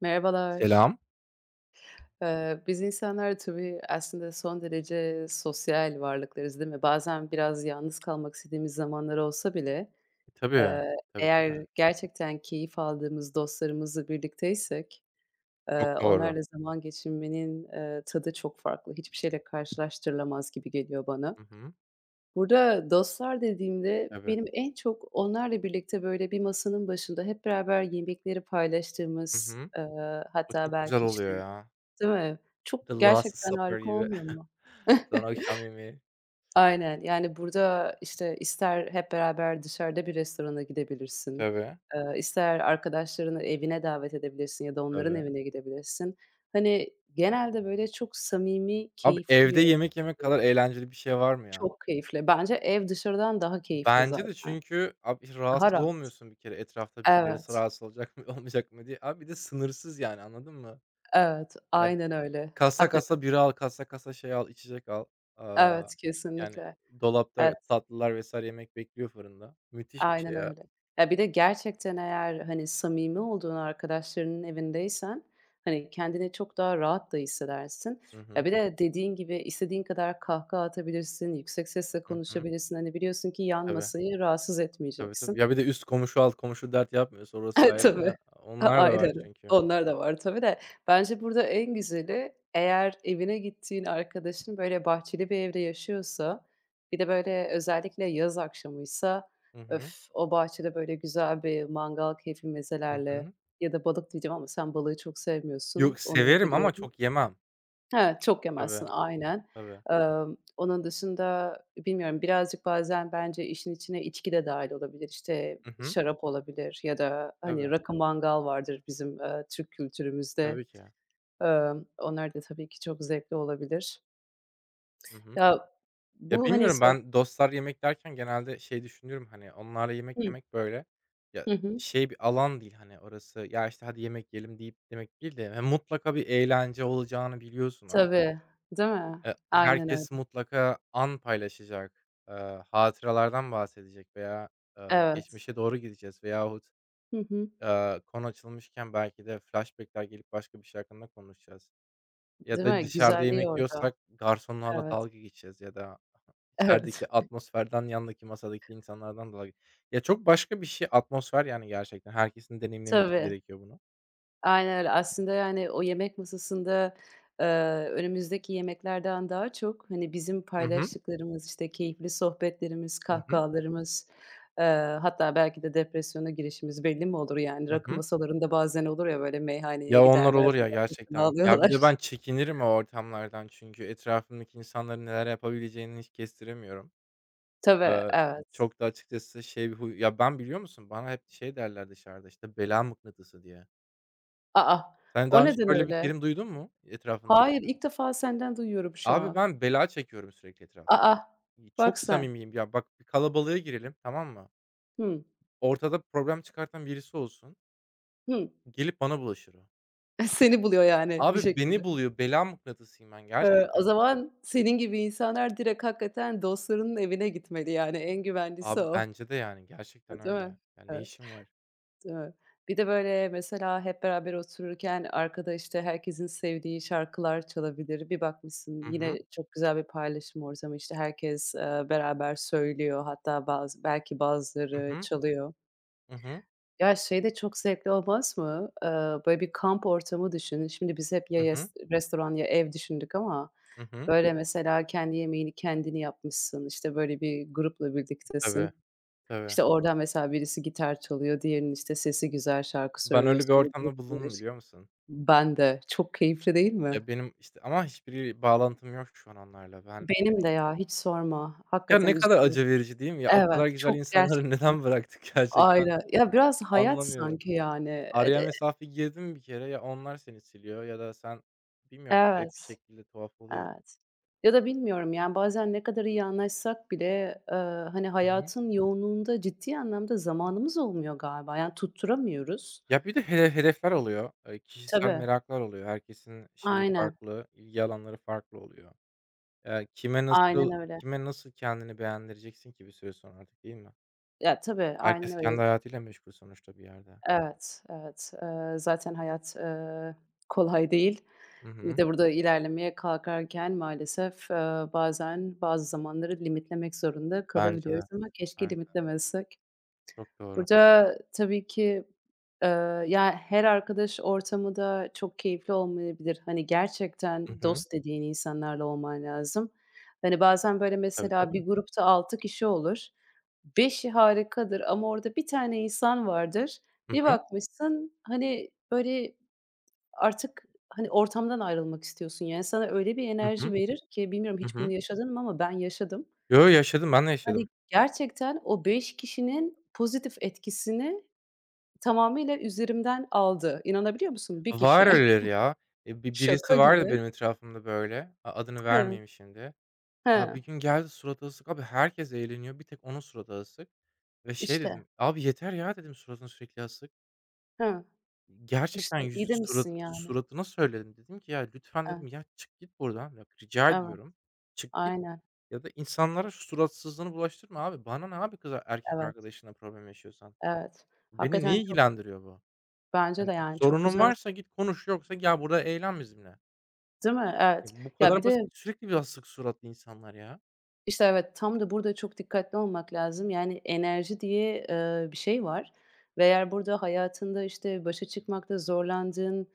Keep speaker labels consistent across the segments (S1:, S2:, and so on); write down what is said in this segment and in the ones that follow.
S1: Merhabalar.
S2: Selam.
S1: Biz insanlar tabii aslında son derece sosyal varlıklarız, değil mi? Bazen biraz yalnız kalmak istediğimiz zamanlar olsa bile,
S2: Tabii.
S1: eee,
S2: Tabii, tabii.
S1: eğer gerçekten keyif aldığımız dostlarımızla birlikteysek,
S2: Çok doğru.
S1: onlarla zaman geçirmenin, tadı çok farklı. Hiçbir şeyle karşılaştırılamaz gibi geliyor bana.
S2: Hı hı.
S1: Burada dostlar dediğimde
S2: Tabii.
S1: benim en çok onlarla birlikte böyle bir masanın başında hep beraber yemekleri
S2: Hı
S1: paylaştığımız,
S2: hı. O
S1: hatta
S2: çok güzel
S1: belki, işte.
S2: oluyor ya.
S1: Değil mi? Çok
S2: The Last
S1: gerçekten
S2: Supper
S1: harika
S2: gibi.
S1: olmuyor mu?
S2: Son akşam yemeği.
S1: Aynen. Yani, burada, işte, ister hep beraber dışarıda bir restorana gidebilirsin,
S2: Tabii,
S1: ister arkadaşlarını evine davet edebilirsin ya da onların
S2: tabii.
S1: evine gidebilirsin. Hani, genelde, böyle, çok samimi,
S2: Abi
S1: keyifli bir
S2: evde
S1: ortam
S2: yemek yemek
S1: oluyor.
S2: kadar eğlenceli bir şey var mı ya?
S1: Çok keyifli. Bence ev dışarıdan daha keyifli
S2: Bence de,
S1: zaten.
S2: çünkü abi hiç
S1: Daha
S2: rahatsız
S1: rahat.
S2: olmuyorsun bir kere, etrafta birileri
S1: Evet,
S2: rahatsız olacak mı olmayacak mı diye. Abi bir de sınırsız, yani anladın mı?
S1: evet.
S2: Yani
S1: Aynen öyle.
S2: kasa
S1: Hakikaten.
S2: kasa bira al, kasa kasa şey al, içecek al.
S1: Evet,
S2: Aaa, yani
S1: kesinlikle.
S2: dolapta
S1: Evet.
S2: tatlılar vesaire yemek bekliyor fırında. Müthiş bir şey
S1: Aynen
S2: ya.
S1: öyle. Ya, bir de gerçekten eğer, hani, samimi olduğun arkadaşlarının evindeysen, hani, kendini çok daha rahat da hissedersin.
S2: Hı
S1: Ya,
S2: hı.
S1: bir de dediğin gibi istediğin kadar kahkaha atabilirsin, yüksek sesle
S2: Hı hı.
S1: konuşabilirsin. Hani, biliyorsun ki yan
S2: Tabii.
S1: masayı rahatsız
S2: Tabii, tabii.
S1: etmeyeceksin.
S2: Ya, bir de üst komşu, alt komşu dert yapmıyorsa orası
S1: E
S2: ayrı,
S1: tabii.
S2: da
S1: A
S2: onlar da var
S1: aynen.
S2: çünkü.
S1: Onlar da var tabii de bence burada en güzeli eğer evine gittiğin arkadaşın, böyle, bahçeli bir evde yaşıyorsa, bir de, böyle, özellikle yaz akşamıysa,
S2: Hı hı.
S1: öf, o bahçede, böyle, güzel bir mangal keyfi
S2: Hı
S1: mezelerle
S2: hı.
S1: ya da balık diyeceğim ama sen balığı çok sevmiyorsun,
S2: Yok,
S1: onu
S2: severim ama
S1: biliyorum.
S2: çok yemem.
S1: Evet, çok yemezsin,
S2: Tabii,
S1: aynen.
S2: tabii.
S1: Onun dışında bilmiyorum, birazcık bazen bence işin içine içki de dâhil olabilir. İşte,
S2: Hı hı.
S1: şarap olabilir ya da, hani,
S2: Tabii.
S1: rakı mangal vardır bizim, Türk kültürümüzde.
S2: Tabii ki.
S1: Onlar da tabii ki çok zevkli olabilir.
S2: Hı hı.
S1: Ya,
S2: Ya,
S1: bu, hani,
S2: bilmiyorum,
S1: soh.
S2: ben dostlar yemek derken genelde şey düşünüyorum, hani, onlarla yemek
S1: Hıh.
S2: yemek, böyle, ya,
S1: Hı hı.
S2: şey bir alan değil, hani, orası, "Ya, işte, hadi yemek yiyelim." deyip demek değil de, yani mutlaka bir eğlence olacağını biliyorsun orada.
S1: Tabii, değil mi? Aynen öyle.
S2: Herkes mutlaka an paylaşacak, hatıralardan bahsedecek veya,
S1: Evet.
S2: geçmişe doğru gideceğiz veyahut,
S1: Hı hı.
S2: konu açılmışken belki de flashback'ler gelip başka bir şey hakkında konuşacağız ya
S1: Değil
S2: da
S1: mi?
S2: dışarıda
S1: Güzelliği
S2: yemek
S1: orada.
S2: yiyorsak garsonlarla
S1: Evet.
S2: dalga geçeceğiz ya da içerideki
S1: Evet.
S2: atmosferden, yandaki masadaki insanlardan dalga. Ya, çok başka bir şey atmosfer, yani gerçekten herkesin deneyimlemesi
S1: Tabii.
S2: gerekiyor bunu.
S1: Aynen öyle. Aslında, yani, o yemek masasında, eee, önümüzdeki yemeklerden daha çok, hani, bizim
S2: Hı hı.
S1: paylaştıklarımız, işte, keyifli sohbetlerimiz,
S2: Hı hı.
S1: kahkahalarımız, eee, hatta belki de depresyona girişimiz belli mi olur, yani?
S2: Hı
S1: Rakı
S2: hı.
S1: masalarında bazen olur ya, böyle, meyhaneye
S2: Ya, onlar
S1: giderler,
S2: olur
S1: bir
S2: ya
S1: bakmışsın
S2: gerçekten. Ya, bir de
S1: alıyorlar.
S2: ben çekinirim o ortamlardan, çünkü etrafımdaki insanların neler yapabileceğini hiç kestiremiyorum.
S1: Tabii,
S2: Eee,
S1: evet.
S2: Çok da açıkçası şey bir huy ya, ben biliyor musun bana hep şey derler dışarıda, işte, bela mıknatısı diye.
S1: Aa,
S2: Sen
S1: o
S2: daha önce
S1: neden
S2: böyle bir
S1: öyle?
S2: terim duydun mu etrafından
S1: Hayır,
S2: birinin?
S1: ilk defa senden duyuyorum şu
S2: Abi,
S1: an.
S2: ben bela çekiyorum sürekli, etraf
S1: Aa, a! Bak
S2: çok
S1: sen.
S2: samimiyim. Ya, bak bir kalabalığa girelim, tamam mı?
S1: Hımm,
S2: Ortada problem çıkartan birisi olsun,
S1: hımm.
S2: gelip bana bulaşır o.
S1: Seni buluyor, yani, bir
S2: Abi, beni
S1: şekilde.
S2: buluyor, bela mıknatısıyım ben
S1: O
S2: gerçekten.
S1: zaman senin gibi insanlar direkt hakikaten dostlarının evine gitmeli, yani en güvenlisi
S2: Abi,
S1: o,
S2: bence de, yani, gerçekten
S1: değil
S2: öyle.
S1: mi?
S2: Ya, ne
S1: Evet,
S2: işim var?
S1: değil mi? Bir de böyle mesela hep beraber otururken arkada, işte, herkesin sevdiği şarkılar çalabilir. Bir bakmışsın
S2: Hı
S1: yine
S2: hı.
S1: çok güzel bir paylaşım ortamı, işte, herkes, beraber söylüyor hatta bazı belki
S2: Hı
S1: bazıları
S2: hı.
S1: çalıyor.
S2: Hı hı.
S1: Ya, şey de çok zevkli olmaz mı? Böyle bir kamp ortamı düşün. Şimdi biz hep ya
S2: Hı hı.
S1: yes restoran ya ev düşündük ama.
S2: Hı hı.
S1: Böyle mesela kendi yemeğini kendini yapmışsın, işte, böyle bir grupla
S2: Tabii,
S1: birliktesin.
S2: tabii.
S1: İşte, oradan mesela birisi gitar çalıyor, diğerinin, işte, sesi güzel şarkı
S2: Ben
S1: söylüyor.
S2: öyle bir
S1: Sonra
S2: ortamda
S1: grupla
S2: bulundum,
S1: eş-.
S2: biliyor musun?
S1: Ben de. Çok keyifli değil
S2: Ya,
S1: mi?
S2: benim, işte, ama hiçbir bağlantım yok şu an onlarla. Ben
S1: Benim de ya, hiç sorma.
S2: ya,
S1: Hakikaten
S2: ne kadar
S1: üzülüyorum.
S2: acı verici değil mi? Ya, o
S1: Evet,
S2: kadar güzel
S1: çok
S2: insanları
S1: gerçekten.
S2: neden bıraktık gerçekten
S1: Aynen. Ya, biraz hayat
S2: anlamıyorum.
S1: sanki yani.
S2: Ya,
S1: E
S2: araya
S1: de.
S2: mesafe girdin bir kere, ya onlar seni siliyor ya da sen bilmiyorum, garip bir
S1: Evet.
S2: şekilde tuhaf oluyor.
S1: Evet. Ya da bilmiyorum, yani, bazen ne kadar iyi anlaşsak bile, eee, hani, hayatın yoğunluğunda ciddi anlamda zamanımız olmuyor galiba. Yani, tutturamıyoruz.
S2: Ya, bir de hedefler oluyor, kişisel
S1: Tabii.
S2: meraklar oluyor. Herkesin şeyi
S1: Aynen.
S2: farklı, ilgi alanları farklı oluyor. Eee, kime
S1: Aynen
S2: nasıl
S1: öyle.
S2: kime nasıl kendini beğendireceksin ki bir süre sonra artık, değil mi?
S1: Ya, tabii, aynen
S2: Herkes kendi
S1: öyle.
S2: hayatıyla meşgul sonuçta bir yerde.
S1: Evet, evet. Zaten hayat, kolay değil.
S2: Hı
S1: Bir
S2: hı.
S1: de burada ilerlemeye kalkarken maalesef, bazen bazı zamanları limitlemek zorunda
S2: Bence
S1: kalabiliyoruz
S2: de,
S1: ama keşke
S2: bence de.
S1: limitlemesek.
S2: Çok doğru.
S1: Burada tabii ki, ya, her arkadaş ortamı da çok keyifli olmayabilir. Hani,
S2: Hı
S1: gerçekten
S2: hı.
S1: dost dediğin insanlarla olman lazım. Hani, bazen, böyle,
S2: Tabii,
S1: mesela
S2: tabii.
S1: bir grupta 6 kişi olur. 5'i harikadır ama orada bir tane insan vardır.
S2: Hı
S1: Bir
S2: hı.
S1: bakmışsın, hani, böyle, artık, hani, ortamdan ayrılmak istiyorsun. Yani, sana öyle bir
S2: Hı
S1: enerji
S2: hı.
S1: verir ki bilmiyorum
S2: Hı
S1: hiç bunu
S2: hı.
S1: yaşadın mı ama ben yaşadım.
S2: Yo, yaşadım, ben de
S1: Hani,
S2: yaşadım.
S1: gerçekten o 5 kişinin pozitif etkisini tamamıyla üzerimden aldı. İnanabiliyor musun? Bir
S2: Var
S1: kişi.
S2: öyleleri ya. E, bi
S1: Şaka
S2: Birisi vardı
S1: gibi.
S2: benim etrafımda böyle, adını
S1: Hı,
S2: vermeyeyim şimdi. Aaa,
S1: hı.
S2: bir gün geldi suratı asık. Abi herkes eğleniyor. Bir tek onun suratı asık ve şey
S1: İşte,
S2: dedim, "Abi yeter ya." dedim, "Suratın sürekli asık."
S1: hı,
S2: Gerçekten
S1: işte,
S2: yüz
S1: iyi
S2: surat
S1: demişsin yani.
S2: suratına söyledim. Dedim ki, "Ya lütfen." dedim,
S1: Evet,
S2: "Ya çık git buradan. Bak rica
S1: evet,
S2: ediyorum. Çık git
S1: aynen,
S2: ya da insanlara şu suratsızlığını bulaştırma abi. Bana ne abi, kız erkek
S1: evet,
S2: arkadaşınla problem yaşıyorsan?
S1: evet.
S2: Beni ne
S1: Hakikaten çok
S2: ilgilendiriyor bu?
S1: bence de
S2: Yani
S1: yani çok
S2: sorunun
S1: güzel,
S2: varsa git konuş. Yoksa gel burada eğlen bizimle."
S1: değil mi?
S2: Ya
S1: Evet.
S2: bu
S1: Ya bir
S2: kadar
S1: de.
S2: basit. Sürekli bir asık suratlı insanlar ya.
S1: İşte, evet, tam da burada çok dikkatli olmak lazım. Yani enerji diye, bir şey var ve eğer burada hayatında, işte, başa çıkmakta zorlandığın,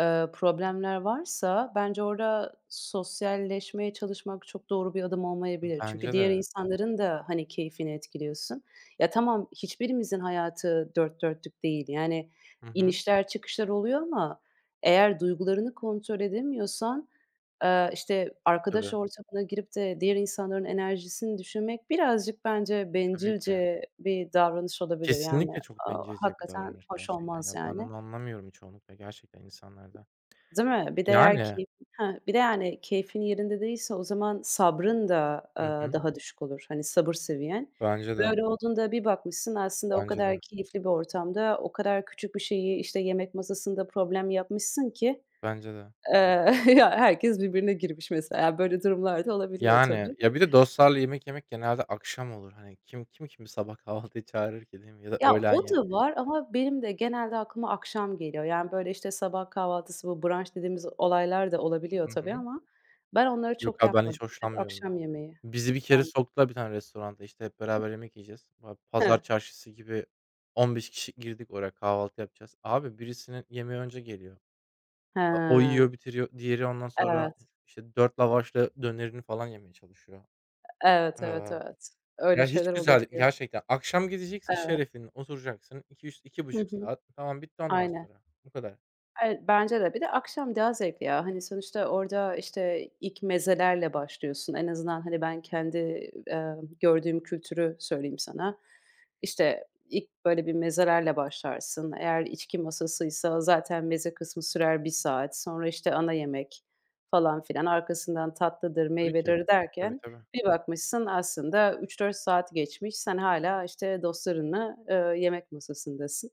S1: problemler varsa bence orada sosyalleşmeye çalışmak çok doğru bir adım olmayabilir. Çünkü
S2: Bence
S1: diğer
S2: de.
S1: insanların da, hani, keyfini etkiliyorsun. Ya, tamam, hiçbirimizin hayatı dört dörtlük değil. Yani
S2: Hı hı.
S1: inişler çıkışlar oluyor ama eğer duygularını kontrol edemiyorsan işte, arkadaş
S2: Tabii.
S1: ortamına girip de diğer insanların enerjisini düşünmek birazcık bence
S2: E, tabii ki.
S1: bencilce bir davranış olabilir. Yani,
S2: Kesinlikle çok bencilce bir
S1: hakikaten
S2: davranış
S1: hoş
S2: gerçekten
S1: olmaz
S2: ya. Ben
S1: yani,
S2: onu anlamıyorum çoğunlukla gerçekten insanlarda.
S1: değil mi? Bir de eğer
S2: Yani.
S1: ki, heh, bir de yani keyfin yerinde değilse o zaman sabrın da,
S2: Hı hı.
S1: daha düşük olur. Hani, sabır seviyen.
S2: Bence de,
S1: Böyle olduğunda bir bakmışsın aslında o
S2: bence de,
S1: kadar keyifli bir ortamda o kadar küçük bir şeyi, işte, yemek masasında problem yapmışsın ki,
S2: bence de.
S1: eee, ya herkes birbirine girmiş mesela. Yani böyle durumlarda olabiliyor
S2: Yani,
S1: tabii.
S2: ya, bir de dostlarla yemek yemek genelde akşam olur. Hani, kimi sabah kahvaltıya çağırır ki, değil mi? Ya da
S1: Ya,
S2: öğlen
S1: o da
S2: yemeği.
S1: var ama benim de genelde aklıma akşam geliyor. Yani, böyle, işte, sabah kahvaltısı, bu brunch dediğimiz olaylar da olabiliyor
S2: Hı
S1: tabii
S2: hı.
S1: ama ben onları çok
S2: Yok abi, ben
S1: yapmadım.
S2: hiç
S1: Hep
S2: hoşlanmıyorum.
S1: akşam yemeği
S2: Bizi bir kere
S1: bende.
S2: soktular bir tane restoranta, işte, hep beraber yemek yiyeceğiz. Abi pazar
S1: Hıh.
S2: çarşısı gibi 15 kişi girdik oraya, kahvaltı yapacağız. Abi birisinin yemeği önce geliyor. A o yiyor, bitiriyor. Diğeri ondan sonra,
S1: Evet.
S2: işte, 4 lavaşla dönerini falan yemeye çalışıyor.
S1: Evet, evet,
S2: Eee,
S1: evet. Öyle
S2: Ya, hiç
S1: şeyler
S2: güzel değil
S1: olabiliyor.
S2: gerçekten. Akşam gideceksin
S1: Evet.
S2: şerefine oturacaksın. İki üç, iki
S1: Hı
S2: buçuk
S1: hı.
S2: saat. Tamam, bitti ondan
S1: Aynen.
S2: sonra. Bu kadar.
S1: Evet, bence de. Bir de akşam daha zevkli ya. Hani, sonuçta orada, işte, ilk mezelerle başlıyorsun. En azından, hani, ben kendi, gördüğüm kültürü söyleyeyim sana. İşte, ilk böyle bir mezelerle başlarsın. Eğer içki masasıysa zaten meze kısmı sürer bir saat. Sonra, işte, ana yemek falan filan. Arkasından tatlıdır,
S2: Tabii ki.
S1: meyvedir
S2: Tabii,
S1: derken
S2: tabii.
S1: bir bakmışsın aslında üç dört saat geçmiş. Sen hala işte, dostlarınla, yemek masasındasın.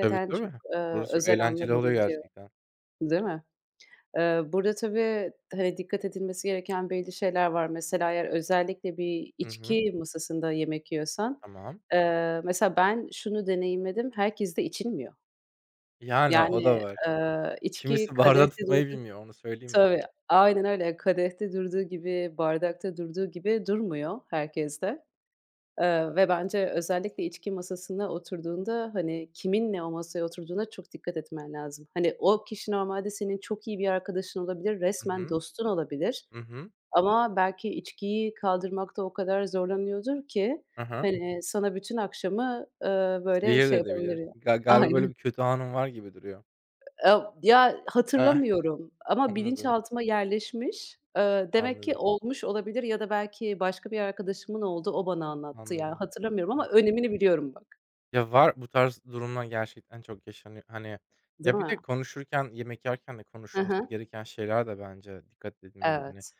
S2: Tabii,
S1: çok.
S2: tabii. Orası çok
S1: Özel anlar
S2: eğlenceli oluyor
S1: olabiliyor,
S2: gerçekten.
S1: değil mi? Burada tabii, hani, dikkat edilmesi gereken belli şeyler var. Mesela eğer özellikle bir
S2: Hı hı.
S1: içki masasında yemek yiyorsan,
S2: Tamam.
S1: mesela ben şunu deneyimledim, herkeste içilmiyor.
S2: Yani o da
S1: Yani,
S2: var.
S1: içki
S2: Kimisi barda
S1: kadehte
S2: tutmayı
S1: durdu.
S2: bilmiyor, onu söyleyeyim mi?
S1: Tabii, aynen öyle. Kadehte durduğu gibi, bardakta durduğu gibi durmuyor herkeste. Ve bence özellikle içki masasına oturduğunda, hani, kiminle o masaya oturduğuna çok dikkat etmen lazım. Hani, o kişi normalde senin çok iyi bir arkadaşın olabilir,
S2: Hı
S1: resmen
S2: hı.
S1: dostun olabilir
S2: Hı hı.
S1: ama belki içkiyi kaldırmakta o kadar zorlanıyordur ki,
S2: Hı hı.
S1: hani, sana bütün akşamı, böyle
S2: Zehir de
S1: şey yapabilir
S2: edebilir.
S1: ya.
S2: Galiba böyle
S1: Aynen.
S2: bir kötü anın var gibi duruyor.
S1: Ya,
S2: Eh,
S1: hatırlamıyorum ama bilinçaltıma yerleşmiş. Demek ki
S2: anladım,
S1: olmuş olabilir ya da belki başka bir arkadaşımın oldu, o bana anlattı. Yani
S2: anladım,
S1: hatırlamıyorum ama
S2: anladım.
S1: önemini biliyorum bak.
S2: Ya, var. Bu tarz durumlar gerçekten çok yaşanıyor. Hani,
S1: Değil
S2: ya, bir
S1: mi?
S2: de konuşurken, yemek yerken de
S1: Hı
S2: konuşulması
S1: hı.
S2: gereken şeyler de bence dikkat edilmeli. Hani,
S1: Evet,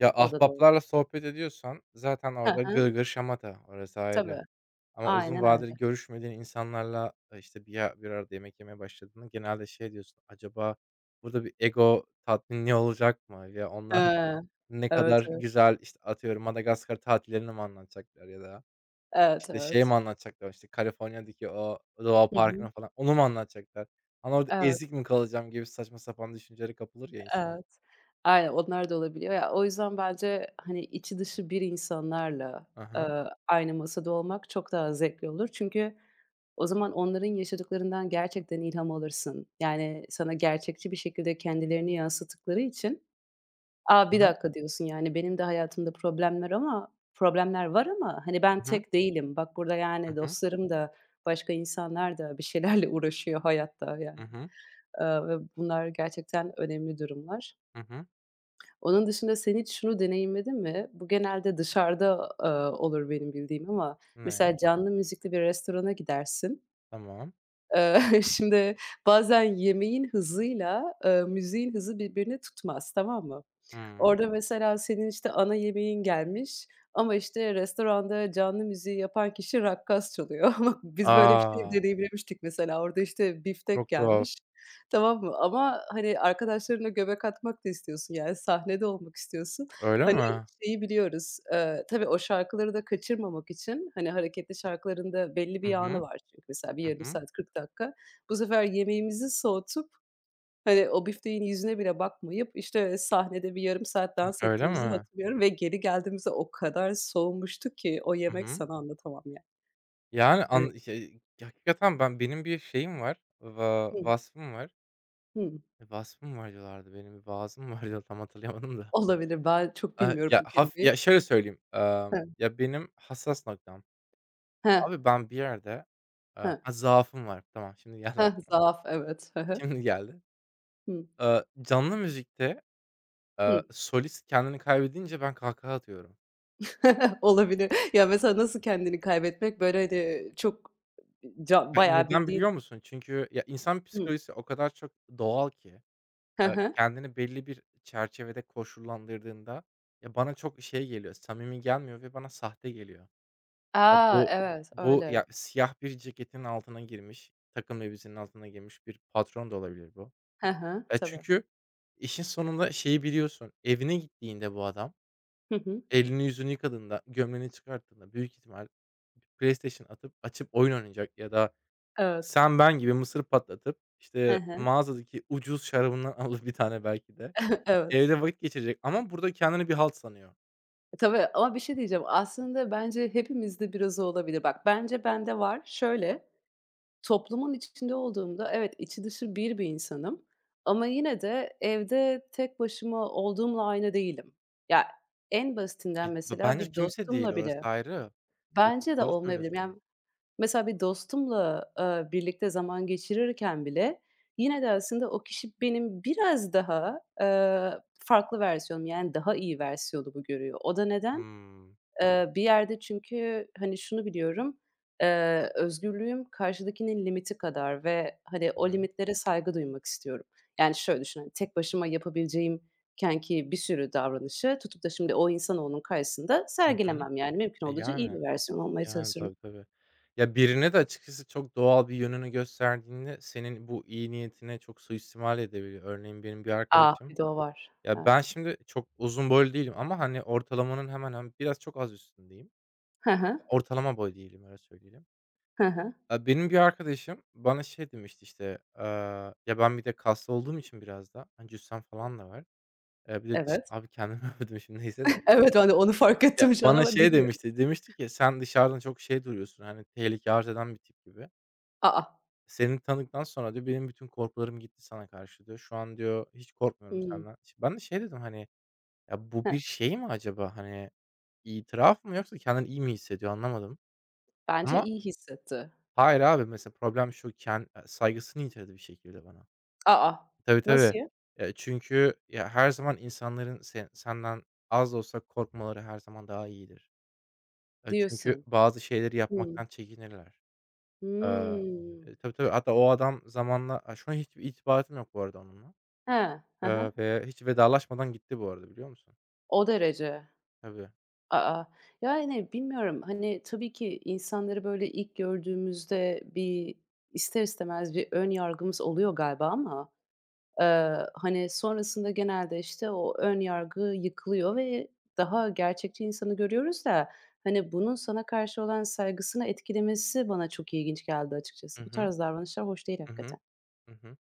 S2: ya,
S1: o da doğru.
S2: ahbaplarla sohbet ediyorsan zaten
S1: Hı
S2: orada
S1: hı.
S2: gırgır şamata, orası ayrı.
S1: Tabii,
S2: Ama uzun
S1: aynen öyle.
S2: vadeli görüşmediğin insanlarla, işte, bir arada yemek yemeye başladığında genelde şey diyorsun, acaba burada bir ego tatmini olacak mı? Ya, onlar
S1: Eee,
S2: ne
S1: evet,
S2: kadar
S1: evet.
S2: güzel, işte, atıyorum, Madagaskar tatillerini mi anlatacaklar ya da
S1: Evet,
S2: işte, şey
S1: evet.
S2: mi anlatacaklar, İşte Kaliforniya'daki o doğa
S1: Hı hı.
S2: parkını falan, onu mu anlatacaklar? Hani, orada
S1: Evet,
S2: ezik mi kalacağım gibi saçma sapan düşüncelere kapılır ya insan.
S1: evet. Aynen, onlar da olabiliyor. Ya, o yüzden bence, hani, içi dışı bir insanlarla,
S2: Hı hı.
S1: aynı masada olmak çok daha zevkli olur. Çünkü o zaman onların yaşadıklarından gerçekten ilham alırsın. Yani, sana gerçekçi bir şekilde kendilerini yansıttıkları için "A,
S2: Hı
S1: bir
S2: hı.
S1: dakika." diyorsun, yani, benim de hayatımda problemler ama problemler var ama, hani, ben
S2: Hı hı.
S1: tek değilim. Bak burada,
S2: Hı
S1: yani,
S2: hı.
S1: dostlarım da, başka insanlar da bir şeylerle uğraşıyor hayatta,
S2: Hı
S1: yani.
S2: hı.
S1: Ve bunlar gerçekten önemli durumlar. Onun dışında sen hiç şunu deneyimledin mi? Bu genelde dışarıda, olur benim bildiğim ama
S2: Ne?
S1: mesela canlı müzikli bir restorana gidersin.
S2: Tamam.
S1: Eee, şimdi bazen yemeğin hızıyla, müziğin hızı birbirini tutmaz, tamam mı?
S2: Hımm.
S1: Orada mesela senin, işte, ana yemeğin gelmiş ama, işte, restoranda canlı müziği yapan kişi rakkas çalıyor. Ama biz böyle bir şey
S2: A!
S1: deneyimlemiştik mesela. Orada, işte, biftek
S2: Çok tuhaf.
S1: gelmiş, tamam mı? Ama, hani, arkadaşlarına göbek atmak da istiyorsun, yani sahnede olmak istiyorsun.
S2: Öyle
S1: Hani
S2: mi?
S1: şeyi biliyoruz. Tabii o şarkıları da kaçırmamak için, hani, hareketli şarkıların da belli
S2: Hı
S1: bir anı
S2: hı.
S1: var çünkü mesela bir
S2: Hı
S1: yarım
S2: hı.
S1: saat, 40 dakika. Bu sefer yemeğimizi soğutup, hani, o bifteğin yüzüne bile bakmayıp, işte, sahnede bir yarım saat
S2: Hı,
S1: dans
S2: öyle
S1: ettiğimizi
S2: mi?
S1: hatırlıyorum ve geri geldiğimizde o kadar soğumuştu ki o
S2: Hı
S1: yemek
S2: hı.
S1: sana anlatamam yani.
S2: Yani,
S1: Evet.
S2: an şey, hakikaten ben benim bir şeyim var,
S1: Hımm.
S2: vasfım var.
S1: Hımm.
S2: E, vasfım var diyorlardı, benim bir vaazım var diyor, tam hatırlayamadım da.
S1: Olabilir. Ben çok bilmiyorum
S2: Ya,
S1: bu
S2: haf
S1: kelimeyi.
S2: Ya, şöyle söyleyeyim,
S1: Heh.
S2: ya, benim hassas noktam.
S1: Heh,
S2: Abi, ben bir yerde,
S1: heh.
S2: ha, zaafım var. Tamam, şimdi geldi
S1: Heh,
S2: aklıma.
S1: zaaf evet. Hı hı.
S2: Şimdi geldi. Canlı müzikte,
S1: Hı. Hı.
S2: solist kendini kaybedince ben kahkaha atıyorum.
S1: Olabilir. Ya, mesela nasıl kendini kaybetmek, böyle, hani, çok ca
S2: Ya,
S1: bayağı
S2: neden
S1: bildiğin.
S2: biliyor musun? Çünkü ya, insan
S1: Hıı.
S2: psikolojisi o kadar çok doğal ki,
S1: Hı hı.
S2: kendini belli bir çerçevede koşullandırdığında, ya, bana çok şey geliyor, samimi gelmiyor ve bana sahte geliyor. Ya,
S1: A! Evet, öyle.
S2: ya, siyah bir ceketin altına girmiş, takım elbisenin altına girmiş bir patron da olabilir bu.
S1: He he,
S2: E,
S1: tabii.
S2: çünkü işin sonunda şeyi biliyorsun, evine gittiğinde bu adam,
S1: Hı hı.
S2: elini yüzünü yıkadığında, gömleğini çıkarttığında büyük ihtimal PlayStation atıp açıp oyun oynayacak ya da
S1: Evet.
S2: sen ben gibi mısır patlatıp,
S1: He
S2: işte,
S1: he.
S2: mağazadaki ucuz şarabından alıp bir tane belki de
S1: Evet.
S2: evde vakit geçirecek ama burada kendini bir halt sanıyor.
S1: E, tabii ama bir şey diyeceğim. Aslında bence hepimizde biraz o olabilir. Bak, bence bende var. Şöyle, toplumun içinde olduğumda evet, içi dışı bir insanım ama yine de evde tek başıma olduğumla aynı değilim. Ya, en
S2: E,
S1: basitinden mesela
S2: bence
S1: bir
S2: kimse değil,
S1: dostumla
S2: orası
S1: bile.
S2: ayrı. E,
S1: Bence
S2: çok
S1: de
S2: doğru
S1: olmayabilirim. Yani
S2: söylüyorsun.
S1: mesela bir dostumla, birlikte zaman geçirirken bile yine de aslında o kişi benim biraz daha, farklı versiyonum, yani daha iyi versiyonumu görüyor. O da neden?
S2: Hımm.
S1: Bir yerde çünkü, hani, şunu biliyorum, özgürlüğüm karşıdakinin limiti kadar ve, hani,
S2: Hı
S1: o
S2: hı.
S1: limitlere saygı duymak istiyorum. Yani şöyle düşün, hani, tek başıma yapabileceğim ki bir sürü davranışı tutup da şimdi o insanoğlunun karşısında
S2: Hı hı.
S1: sergilemem. Yani mümkün
S2: E,
S1: olduğunca iyi
S2: yani,
S1: bir versiyon olmaya çalışırım.
S2: tabii, tabii. Ya, birine de açıkçası çok doğal bir yönünü gösterdiğinde senin bu iyi niyetine çok suistimal edebiliyor. Örneğin benim bir
S1: A!
S2: arkadaşım
S1: Bir de o var.
S2: ya, ben
S1: Evet.
S2: şimdi çok uzun boylu değilim ama, hani, ortalamanın hemen hemen biraz çok az üstündeyim.
S1: Hı hı.
S2: Ortalama boy değilim, öyle söyleyelim.
S1: Hı hı.
S2: Aaa, benim bir arkadaşım bana şey demişti, işte, aaa, ya, ben bir de kaslı olduğum için biraz da, hani, cüssem falan da var. Bir de diş
S1: Evet.
S2: abi kendimi övdüm şimdi neyse de.
S1: Evet, ben de onu fark
S2: Ya,
S1: ettim şu an
S2: bana
S1: ama
S2: şey
S1: dinliyorum.
S2: demişti, demişti ki "Sen dışarıdan çok şey duruyorsun, hani, tehlike arz eden bir tip" gibi.
S1: A!
S2: "Seni tanıdıktan sonra" diyor, "benim bütün korkularım gitti sana karşı" diyor. "Şu an" diyor, "hiç korkmuyorum
S1: Hımm.
S2: senden." Ben de şey dedim, hani, "Ya, bu
S1: Heh.
S2: bir şey mi acaba?" Hani, itiraf mı yoksa kendini iyi mi hissediyor anlamadım.
S1: Bence
S2: Ama
S1: iyi hissetti.
S2: hayır abi, mesela problem şu, saygısını yitirdi bir şekilde bana.
S1: A!
S2: Tabii,
S1: Nasıl
S2: tabii.
S1: ya?
S2: Çünkü ya her zaman insanların senden az da olsa korkmaları her zaman daha iyidir. Çünkü
S1: Diyorsun.
S2: bazı şeyleri
S1: Hımm.
S2: yapmaktan çekinirler. Eee,
S1: Hımm.
S2: tabii, tabii. Hatta o adam zamanla, aaa, şu an hiçbir irtibatım yok bu arada onunla.
S1: He. Hı hı.
S2: Ve hiç vedalaşmadan gitti bu arada biliyor musun?
S1: O derece.
S2: Tabii.
S1: A! Yani, bilmiyorum, hani, tabii ki insanları böyle ilk gördüğümüzde bir ister istemez bir ön yargımız oluyor galiba ama hani, sonrasında genelde, işte, o ön yargı yıkılıyor ve daha gerçekçi insanı görüyoruz da, hani, bunun sana karşı olan saygısını etkilemesi bana çok ilginç geldi
S2: Hı
S1: açıkçası. Bu
S2: hı.
S1: tarz davranışlar hoş değil
S2: Hı hı.
S1: hakikaten.
S2: Hı hı.